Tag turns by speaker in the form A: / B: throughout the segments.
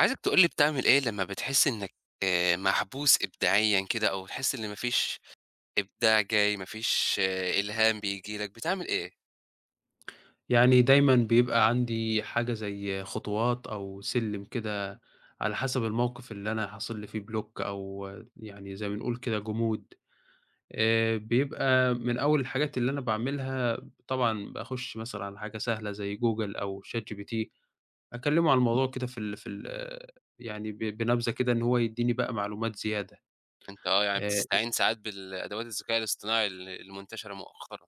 A: عايزك تقول لي بتعمل إيه لمّا بتحس إنك محبوس إبداعيًا كده، أو تحس إن ما فيش إبداع جاي، ما فيش إلهام بييجي لك، بتعمل إيه؟
B: يعني دايمًا بيبقى عندي حاجة زي خطوات أو سلِّم كده على حسب الموقِف اللي أنا حاصل لي فيه block، أو يعني زي ما بنقول كده جمود. بيبقى من أول الحاجات اللي أنا باعملها طبعًا باخُش مثلًا على حاجة سهلة زي جوجل أو ChatGPT، أكلِّمه عن الموضوع كده في ال يعني بنبذة كده إن هو يدّيني بقى معلومات زيادة.
A: أنت آه، يعني
B: آآ
A: بتستعين ساعات بالأدوات الذكاء الاصطناعي المنتشرة مؤخرًا.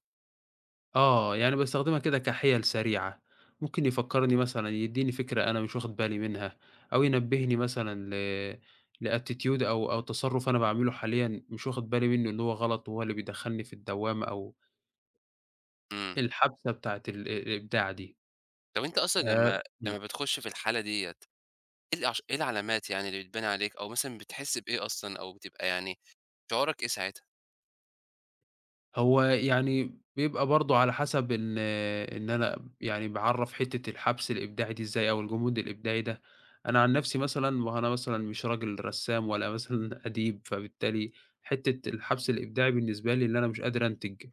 B: آه، يعني باستخدمها كده كحِيَل سريعة، ممكن يفكّرني مثلًا يدّيني فكرة أنا مش واخد بالي منها، أو ينبّهني مثلًا لattitude أو تصرُّف أنا باعمله حاليًا مش واخد بالي منه إن هو غلط وهو اللي بيدخّلني في الدوّامة أو
A: إمم.
B: الحبسة بتاعة الإبداع دي.
A: طب أنت أصلًا
B: آآ
A: لمّا
B: إمم.
A: لمّا بتخش في الحالة ديّة، إيه العلامات يعني اللي بتبان عليك، أو مثلًا بتحس بإيه أصلًا، أو بتبقى يعني شعورك إيه ساعتها؟
B: هو يعني بيبقى برضه على حسب إن أنا يعني باعرّف حتّة الحبْس الإبداعي دي إزاي أو الجمود الإبداعي ده. أنا عن نَفْسي مثلًا، ما هو أنا مثلًا مش راجل رسّام ولا مثلًا أديب، فبالتالي حتّة الحبْس الإبداعي بالنسبة لي إن أنا مش قادر أنتج،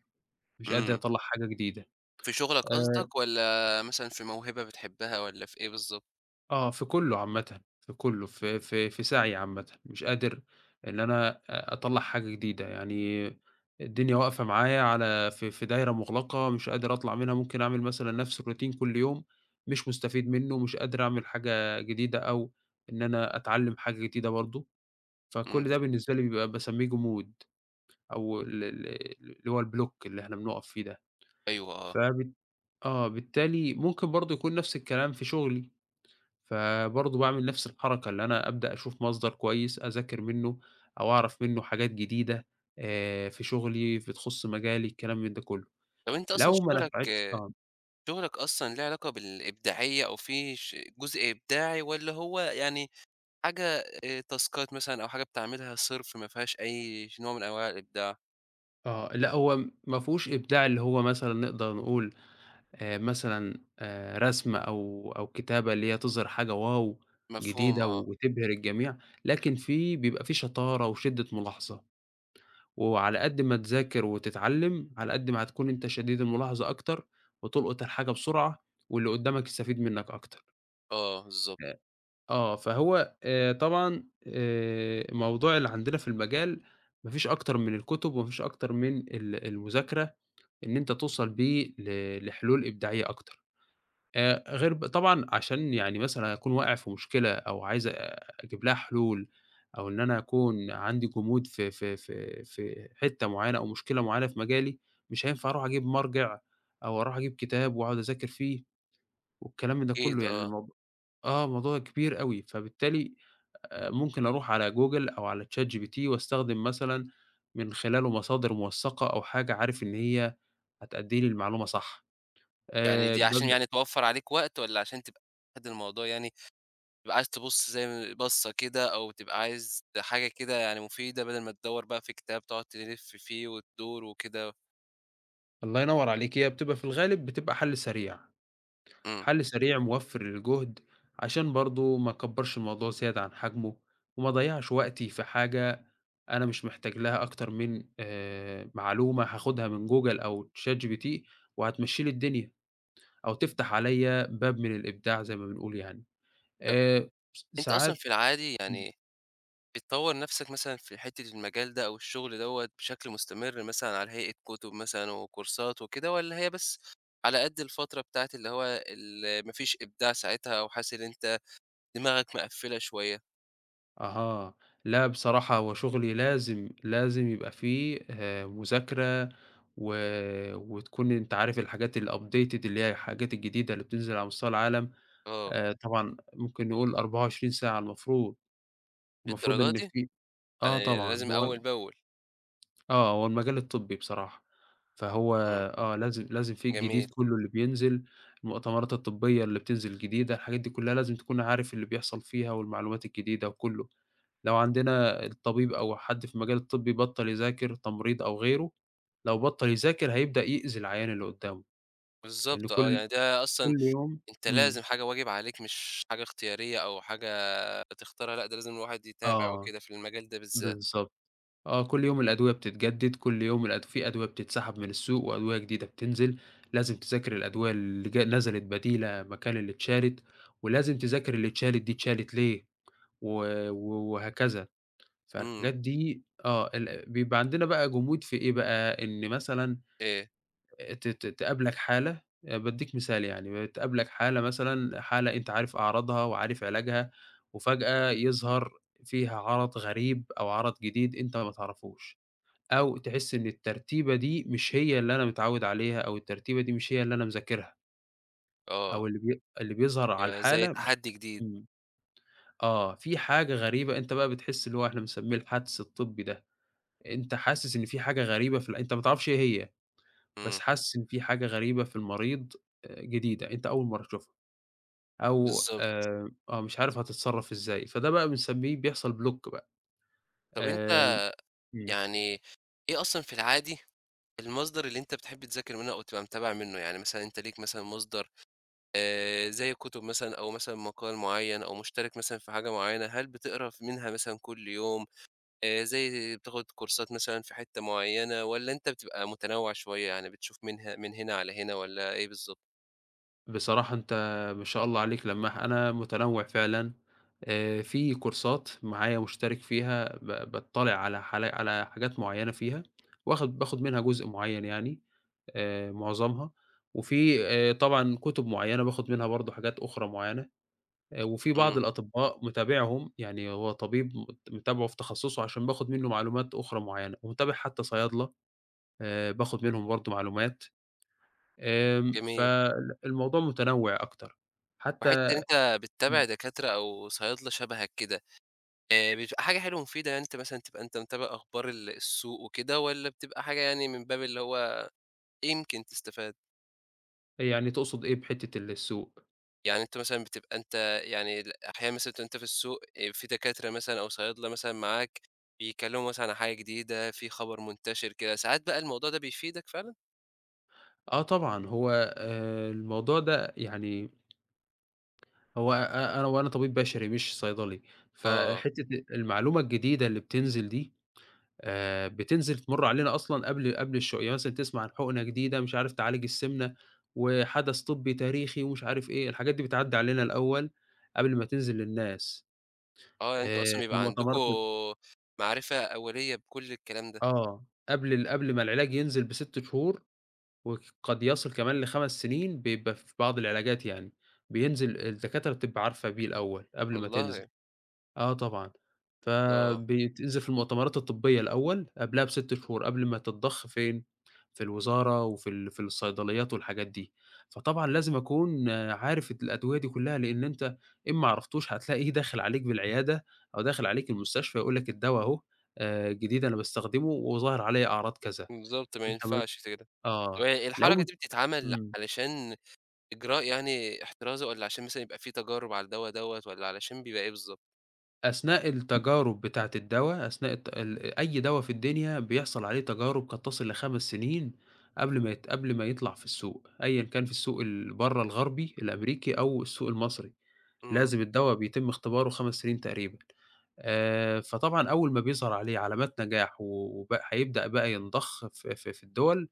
B: مش قادر
A: إمم.
B: أطلّع حاجة جديدة.
A: في شغلك
B: آآ
A: قصدك، والّا مثلًا في موهبة بتحبها، والّا في إيه بالضبط؟
B: آه، في كُلّه عامةً، في كُلّه، في سعيي عامةً، مش قادر إن أنا أ أطلّع حاجة جديدة. يعني الدنيا واقفة معايا على في دايرة مُغلقة مش قادر أطلع منها، ممكن أعمل مثلًا نفْس الروتين كل يوم، مش مستفيد منه، مش قادر أعمل حاجة جديدة أو إن أنا أتعلّم حاجة جديدة برضه، فكل
A: إمم.
B: ده بالنسبة لي بيبقى باسمّيه جمود، أو ال ال اللي هو الblock اللي إحنا بنُقف فيه ده.
A: أيوه، آه.
B: فبالت آه، بالتالي ممكن برضه يكون نفْس الكلام في شُغلي. فبرضه باعمل نفس الحركة، اللي أنا أبدأ أشوف مصدر كويس أذاكر منّه أو أعرف منّه حاجات جديدة في شغلي، بتخُص مجالي، الكلام من ده كُلّه.
A: طب أنت أصلًا
B: لو ما نفعتش آه،
A: شغلك أصلًا ليه علاقة بالإبداعية، أو في جزء إبداعي، والّا هو يعني حاجة تاسكات مثلًا، أو حاجة بتعملها صِرف ما فيهاش أي نوع من أنواع الإبداع؟
B: آه. لأ، هو ما فيهوش إبداع اللي هو مثلًا نقدر نقول مثلًا رسم أو كتابة اللي هي تظهر حاجة واو
A: مفهوم
B: جديدة
A: آه.
B: وتبهر الجميع، لكن في بيبقى في شطارة وشِدّة ملاحظة. وعلى قد ما تذاكر وتتعلّم، على قد ما هتكون أنت شديد الملاحظة أكتر، وتلقط الحاجة بسرعة، واللي قدّامك يستفيد منّك أكتر.
A: آه، بالضبط.
B: آه، فهو طبعًا موضوع اللي عندنا في المجال ما فيش أكتر من الكُتب وما فيش أكتر من المذاكرة، إن أنت توصل بيه لحلول إبداعية أكتر. غير ب طبعًا عشان يعني مثلًا أكون واقع في مشكلة أو عايز أجيب لها حلول، أو إن أنا أكون عندي جمود في حتّة معيّنة أو مشكلة معيّنة في مجالي، مش هينفع أروح أجيب مرجع أو أروح أجيب كتاب وأقعد أذاكر فيه والكلام ده
A: أكيد
B: كُلّه، يعني
A: آه.
B: آه، الموضوع كبير أوي، فبالتالي ممكن أروح على جوجل أو على ChatGPT واستخدم مثلًا من خلاله مصادر موثّقة أو حاجة عارف إن هي هتأدّي لي المعلومة صح.
A: يعني دي عشان
B: بابدأ.
A: يعني توفّر عليك وقت، والّا عشان تبقى قد الموضوع، يعني تبقى عايز تبُص زي م بَصّة كده، أو تبقى عايز حاجة كده يعني مفيدة، بدل ما تدوّر بقى في كتاب تقعد تلِف فيه وتدور وكده؟
B: الله ينور عليكِ، هي بتبقى في الغالب بتبقى حَل سريع،
A: إمم.
B: حَل سريع موفّر للجهد، عشان برضه ما أكبّرش الموضوع زيادة عن حجمه، وما أضيّعش وقتي في حاجة أنا مش محتاج لها أكتر من معلومة هاخدها من جوجل أو ChatGPT وهتمشّي لي الدنيا، أو تفتح عليَّ باب من الإبداع زي ما بنقول يعني.
A: طَب
B: آآ س
A: أنت أصلًا
B: ساعات
A: في العادي يعني بتطوّر نَفْسك مثلًا في حتّة المجال ده أو الشغل دوّة بشكل مستمر، مثلًا على هيئة كُتب مثلًا وكورسات وكده، والّا هي بس على قد الفترة بتاعة اللي هو ال ما فيش إبداع ساعتها، أو حاسس إن أنت دماغك مِقفّلة شوية؟
B: أها. لأ بصراحة هو شغلي لازم، لازم يبقى فيه مذاكرة، و وتكون أنت عارف الحاجات الupdated اللي هي الحاجات الجديدة اللي بتنزل على مستوى العالم.
A: آه،
B: طبعًا ممكن نقول 24 ساعة المفروض، المفروض
A: للدرجة
B: إن
A: دي؟
B: في آه
A: يعني
B: طبعًا،
A: لازم
B: هو
A: أول بأول.
B: آه، هو المجال الطبي بصراحة، فهو
A: إمم،
B: آه لازم، لازم في الجديد
A: جميل.
B: كُلّه اللي بينزل، المؤتمرات الطبية اللي بتنزل جديدة، الحاجات دي كُلّها لازم تكون عارف اللي بيحصل فيها والمعلومات الجديدة وكُلّه. لو عندنا الطبيب أو حد في المجال الطبي بطّل يذاكر، تمريض أو غيره، لو بطّل يذاكر هيبدأ يأذي العيان اللي قدّامه، لإن
A: بالضبط آه،
B: كل
A: يعني ده أصلًا
B: كل يوم
A: أنت لازم،
B: إمم،
A: حاجة واجب عليك مش حاجة اختيارية أو حاجة تختارها، لأ، ده لازم الواحد يتابع
B: آه،
A: وكده في المجال ده بالذات.
B: بالضبط، آه، كل يوم الأدوية بتتجدد، كل يوم في أدوية بتتسحب من السوق وأدوية جديدة بتنزل، لازم تذاكر الأدوية اللي جا نزلت بديلة مكان اللي اتشالت، ولازم تذاكر اللي اتشالت دي اتشالت ليه، و و وهكذا،
A: إمم،
B: فالحاجات دي آه، بيبقى عندنا بقى جمود في إيه بقى، إن مثلًا
A: إيه؟
B: ت ت تقابلك حالة، بادّيك مثال يعني، تقابلك حالة مثلًا، حالة أنت عارف أعراضها وعارف علاجها، وفجأة يظهر فيها عَرَض غريب أو عَرَض جديد أنت ما تعرفوش، أو تحس إن الترتيبة دي مش هي اللي أنا متعوّد عليها، أو الترتيبة دي مش هي اللي أنا مذاكرها، أو
A: آه،
B: اللي بيظهر على
A: يبقى زي
B: الحالة مش
A: تحدّي جديد.
B: إمم، آه، في حاجة غريبة أنت بقى بتحس اللي هو إحنا بنسميه الحدْس الطبّي ده، أنت حاسس إن في حاجة غريبة في ال أنت ما تعرفش إيه هي. بس
A: إمم،
B: حَس إن في حاجة غريبة في المريض، جديدة أنت أول مرّة تشوفها، أو
A: بالضبط.
B: آه، مش عارف هتتصرّف إزاي، فده بقى بنسمّيه بيحصل block بقى.
A: طب أنت
B: آمم إمم.
A: يعني إيه أصلًا في العادي المصدر اللي أنت بتحب تذاكر منه أو تبقى متابع منه؟ يعني مثلًا أنت ليك مثلًا مصدر زي كتب مثلًا، أو مثلًا مقال معيّن، أو مشترك مثلًا في حاجة معيّنة، هل بتقرا منها مثلًا كل يوم؟ زي بتاخد كورسات مثلًا في حتة معيّنة، والّا أنت بتبقى متنوع شوية، يعني بتشوف منها من هنا على هنا، والّا إيه بالضبط؟
B: بصراحة أنت ما شاء الله عليك لمّاح، أنا متنوّع فعلًا. في كورسات معايا مشترك فيها باطّلع على حاجات معيّنة فيها، باخد منها جزء معيّن يعني معظمها، وفي طبعًا كُتب معيّنة باخد منها برضه حاجات أخرى معيّنة. وفي بعض
A: إمم،
B: الأطباء متابعهم، يعني هو طبيب متابعه في تخصصه عشان باخد منه معلومات أخرى معيّنة، ومتابع حتى صيادلة، باخد منهم برضه معلومات. آمم
A: جميل.
B: فال الموضوع متنوع أكتر.
A: وحتة إن
B: حتى
A: أنت بتتابع دكاترة أو صيادلة شبهك كده، بتبقى حاجة حلوة ومفيدة، يعني أنت مثلًا تبقى أنت متابع أخبار السوق وكده، والّا بتبقى حاجة يعني من باب اللي هو إيه يمكن تستفاد؟
B: يعني تقصد إيه بحتّة السوق؟
A: يعني أنت مثلًا بتبقى أنت يعني أحيانًا مثلًا بتبقى أنت في السوق، في دكاترة مثلًا أو صيادلة مثلًا معاك بيكلموا مثلًا عن حاجة جديدة، في خبر منتشر كده، ساعات بقى الموضوع ده بيفيدك فعلًا؟
B: آه طبعًا، هو الموضوع ده يعني هو أ أنا وأنا طبيب بشري مش صيدلي،
A: آه،
B: فحتّة المعلومة الجديدة اللي بتنزل دي بتنزل تمُر علينا أصلًا قبل الشو، يعني مثلًا تسمع عن حقنة جديدة مش عارف تعالج السمنة، وحدث طبّي تاريخي ومش عارف إيه، الحاجات دي بتعدّي علينا الأول قبل ما تنزل للناس.
A: آه، يعني أنتم أصلًا
B: في
A: بيبقى عندكم
B: المؤتمرات
A: معرفة أولية بكل الكلام ده.
B: آه، قبل ما العلاج ينزل ب6 شهور، وقد يصل كمان ل5 سنين بيبقى في بعض العلاجات يعني، بينزل الدكاترة بتبقى عارفة بيه الأول قبل ما تنزل.
A: والله!
B: آه طبعًا.
A: آه،
B: فبيتأذي في المؤتمرات الطبية الأول، قبلها بست شهور، قبل ما تتضخ فين، في الوزارة وفي في الصيدليات والحاجات دي. فطبعًا لازم أكون آه، عارف الأدوية دي كلّها، لإن أنت إن ما عرفتوش هتلاقيه داخل عليك بالعيادة أو داخل عليك المستشفى يقول لك الدوا أهو جديد أنا باستخدمه وظاهر عليّا أعراض كذا،
A: بالضبط، ما
B: أنت ما
A: ينفعش كده.
B: آه،
A: طب هي الحركة
B: لو
A: دي بتتعمل
B: إمم.
A: علشان إجراء يعني احترازي، والّا عشان مثلًا يبقى في تجارب على الدوا دوّة، والّا علشان بيبقى إيه بالضبط؟
B: أثناء التجارب بتاعة الدوا، أثناء الت ال أي دوا في الدنيا بيحصل عليه تجارب قد تصل ل5 سنين قبل ما يطلع في السوق، أيًا كان في السوق برّه الغربي الأمريكي أو السوق المصري،
A: إمم.
B: لازم الدوا بيتم اختباره 5 سنين تقريبًا. فطبعًا أول ما بيظهر عليه علامات نجاح وبقى هيبدأ بقى ينضخ في الدول،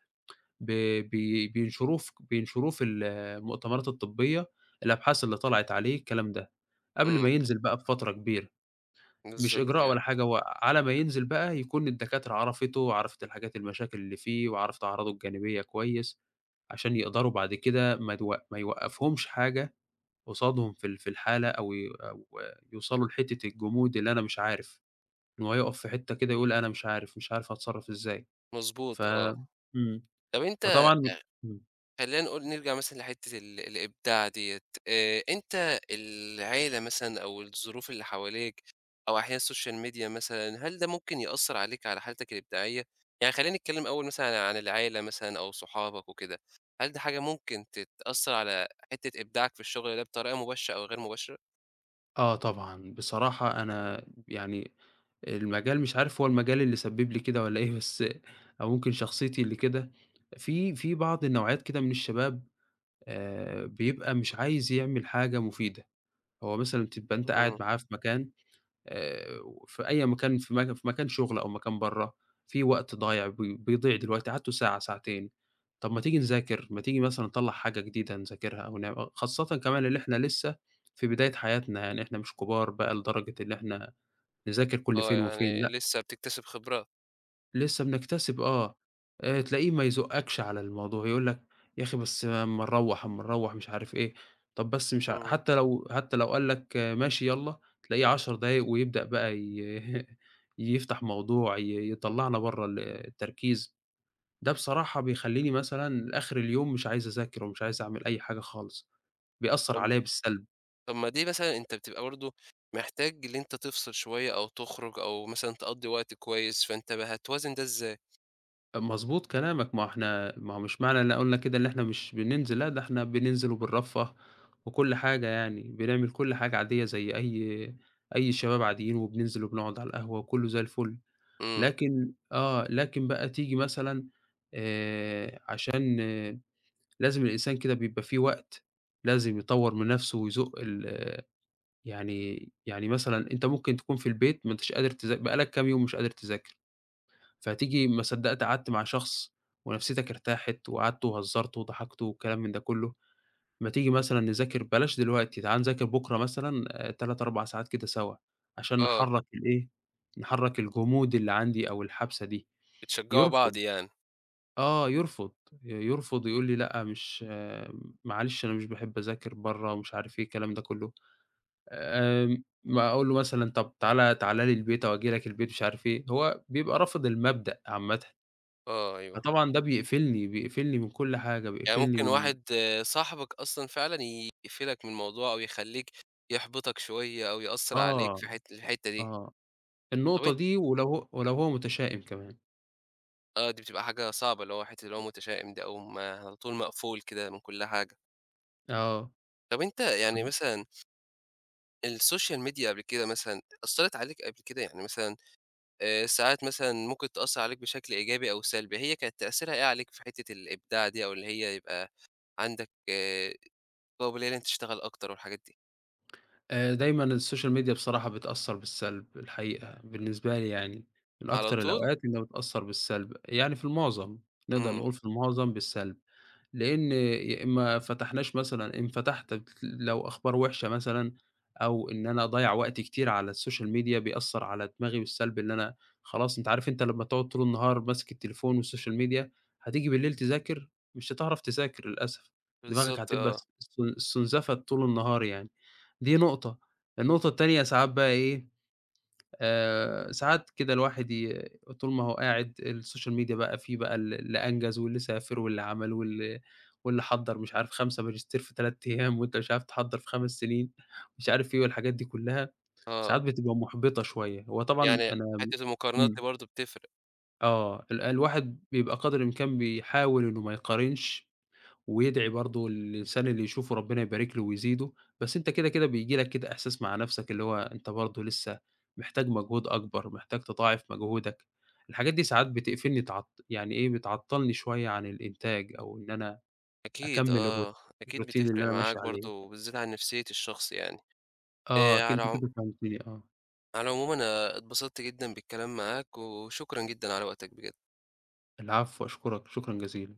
B: ب بي بينشروه بينشروه في المؤتمرات الطبية، الأبحاث اللي طلعت عليه الكلام ده، قبل
A: إمم،
B: ما ينزل بقى بفترة كبيرة. مش
A: بالضبط
B: إجراء ولا
A: كده.
B: حاجة، هو على ما ينزل بقى يكون الدكاترة عرفته، عرفت الحاجات المشاكل اللي فيه، وعرفت أعراضه الجانبية كويس، عشان يقدروا بعد كده ما يوقّفهمش حاجة قصادهم في في الحالة أو يوصلوا لحتّة الجمود اللي أنا مش عارف، إن هو يقف في حتّة كده يقول أنا مش عارف، مش عارف هاتصرّف إزاي. ف
A: مضبوط آه.
B: إمم،
A: طب أنت
B: فطبعًا إمم،
A: خلّينا نقول نرجع مثلًا لحتّة الإبداع ديّة. أنت العيلة مثلًا، أو الظروف اللي حواليك، أو أحيانًا السوشيال ميديا مثلًا، هل ده ممكن يأثّر عليك على حالتك الإبداعية؟ يعني خلّينا نتكلم أول مثلًا عن العيلة مثلًا أو صحابك وكده، هل دي حاجة ممكن تتأثّر على حتّة إبداعك في الشغل ده بطريقة مباشرة أو غير مباشرة؟
B: آه طبعًا، بصراحة أنا يعني المجال مش عارف هو المجال اللي سبّب لي كده والّا إيه، بس أو ممكن شخصيتي اللي كده، في بعض النوعيات كده من الشباب، بيبقى مش عايز يعمل حاجة مفيدة، هو مثلًا تبقى أنت قاعد
A: إمم.
B: معاه في مكان، آآ، في أي مكان في مكان شغل أو مكان برّه، في وقت ضايع بيضيع دلوقتي قعدتوا ساعة، ساعتين، طب ما تيجي نذاكر، ما تيجي مثلًا نطلّع حاجة جديدة نذاكرها أو خاصةً كمان اللي إحنا لسه في بداية حياتنا، يعني إحنا مش كبار بقى لدرجة اللي إحنا نذاكر كل
A: آه،
B: فين وفين،
A: يعني
B: لأ.
A: لسه بتكتسب خبرات.
B: لسه بنكتسب آه. تلاقيه ما يزُقّكش على الموضوع، يقول لك يا أخي بس أمّا نروّح، أمّا نروّح مش عارف إيه، طَب بس مش ع
A: إمم.
B: حتى لو، حتى لو قال لك آه، ماشي يالّا، تلاقيه 10 دقايق ويبدأ بقى يفتح موضوع، يطلّعنا برّه التركيز. ده بصراحة بيخلّيني مثلًا لآخر اليوم مش عايز أذاكر ومش عايز أعمل أي حاجة خالص، بيأثّر
A: طب
B: عليّا بالسلب.
A: طب ما دي مثلًا أنت بتبقى برضه محتاج اللي أنت تفصل شوية أو تخرج أو مثلًا تقضّي وقت كويس، فأنت بقى هتوازن ده إزاي؟
B: مضبوط كلامك، ما هو إحنا، ما هو مش معنى إن قُلنا كده إن إحنا مش بننزل، لأ ده إحنا بننزل وبنرفّه وكل حاجة يعني، بنعمل كل حاجة عادية زي أي شباب عاديين، وبننزل وبنقعد على القهوة وكُلّه زي الفُل،
A: إمم.
B: لكن آه، لكن بقى تيجي مثلًا عشان آه، لازم الإنسان كده بيبقى في وقت لازم يطوّر من نَفْسه ويزُق آه، يعني مثلًا أنت ممكن تكون في البيت ما أنتش قادر بقى لك كام يوم مش قادر تذاكر. فهتيجي ما صدّقت قعدت مع شخص ونفسيتك ارتاحت وقعدتوا وهزرتوا وضحكتوا والكلام من ده كُلّه، أمّا تيجي مثلًا نذاكر بلاش دلوقتي، تعالَ نذاكر بُكرة مثلًا 3، 4 ساعات كده سوا، عشان
A: آه،
B: نحرّك الإيه، نحرّك الجمود اللي عندي أو الحبسة دي.
A: بتشجعوا بعض
B: يرفض،
A: يعني.
B: آه، يرفض، يرفض يقول لي: "لأ مش آه، معلش أنا مش باحب أذاكر برّه." ومش عارف إيه الكلام ده كُلّه. ما أقول له مثلًا طَب تعالَ، تعالَ لي البيت أو أجي لك البيت مش عارف إيه، هو بيبقى رافض المبدأ عامةً.
A: آه، أيوه،
B: فطبعًا ده بيقفلني، بيقفلني من كل حاجة،
A: يعني
B: بيقفلني
A: ممكن
B: من
A: واحد آه، صاحبك أصلًا فعلًا يقفلك من الموضوع، أو يخلّيك يحبطك شوية، أو يأثّر عليك
B: آه.
A: في الحتّة دي.
B: آه،
A: طب
B: النقطة
A: أنت
B: دي ولو هو، ولو هو متشائم كمان.
A: آه، دي بتبقى حاجة صعبة، اللي هو حتّة اللي هو متشائم ده، أو ما على طول مقفول كده من كل حاجة.
B: آه،
A: طب أنت يعني مثلًا السوشيال ميديا قبل كده مثلًا أثّرت عليك قبل كده؟ يعني مثلًا ساعات مثلًا ممكن تأثّر عليك بشكل إيجابي أو سلبي، هي كانت تأثيرها إيه عليك في حتّة الإبداع دي، أو اللي هي يبقى عندك قابلية إن أنت تشتغل أكتر والحاجات دي؟
B: دايمًا السوشيال ميديا بصراحة بتأثّر بالسلب الحقيقة بالنسبة لي يعني، من
A: على
B: أكتر
A: طول؟
B: الأوقات إنها بتأثّر بالسلب، يعني في المعظم، نقدر
A: إمم.
B: نقول في المعظم بالسلب. لإن ما فتحناش مثلًا إن فتحت لو أخبار وِحشة مثلًا، أو إن أنا أضيّع وقت كتير على السوشيال ميديا بيأثّر على دماغي بالسلب، إن أنا خلاص، أنت عارف أنت لمّا تقعد طول النهار ماسك التليفون والسوشيال ميديا، هتيجي بالليل تذاكر مش هتعرف تذاكر للأسف، دماغك
A: بالضبط
B: هتبقى
A: آه.
B: س س استنزفت طول النهار يعني، دي نقطة. النقطة التانية ساعات بقى إيه، ساعات كده الواحد طول ما هو قاعد السوشيال ميديا بقى فيه بقى اللي أنجز واللي سافر واللي عمل واللي حضّر مش عارف 5 ماجستير في 3 أيام وأنت مش عارف تحضّر في 5 سنين، مش عارف إيه والحاجات دي كلّها، ساعات
A: آه.
B: بتبقى محبطة شوية. هو طبعًا
A: يعني
B: أنا
A: حتّة المقارنات دي
B: إمم.
A: برضه بتفرق.
B: آه. الواحد بيبقى قدر الإمكان بيحاول إنه ما يقارنش ويدعي برضه الإنسان اللي يشوفه ربنا يبارك له ويزيده، بس أنت كده، كده بييجي لك كده إحساس مع نَفْسك اللي هو أنت برضه لسه محتاج مجهود أكبر، محتاج تضاعف مجهودك. الحاجات دي ساعات بتقفلني يعني إيه، بتعطّلني شوية عن الإنتاج أو إن أنا
A: أكيد
B: أكمّل
A: آه.
B: الroutine
A: أكيد
B: اللي
A: بتفرق
B: أنا
A: معاك
B: ماشي
A: برضه،
B: عليه.
A: وبالذات على نفسية الشخص يعني.
B: آه،
A: آآ على
B: أنت
A: العم
B: كده فهمتني آه.
A: على العموم أنا اتبسطت جدًا بالكلام معاك، وشكرًا جدًا على وقتك بجد.
B: العفو، أشكرك، شكرًا جزيلًا.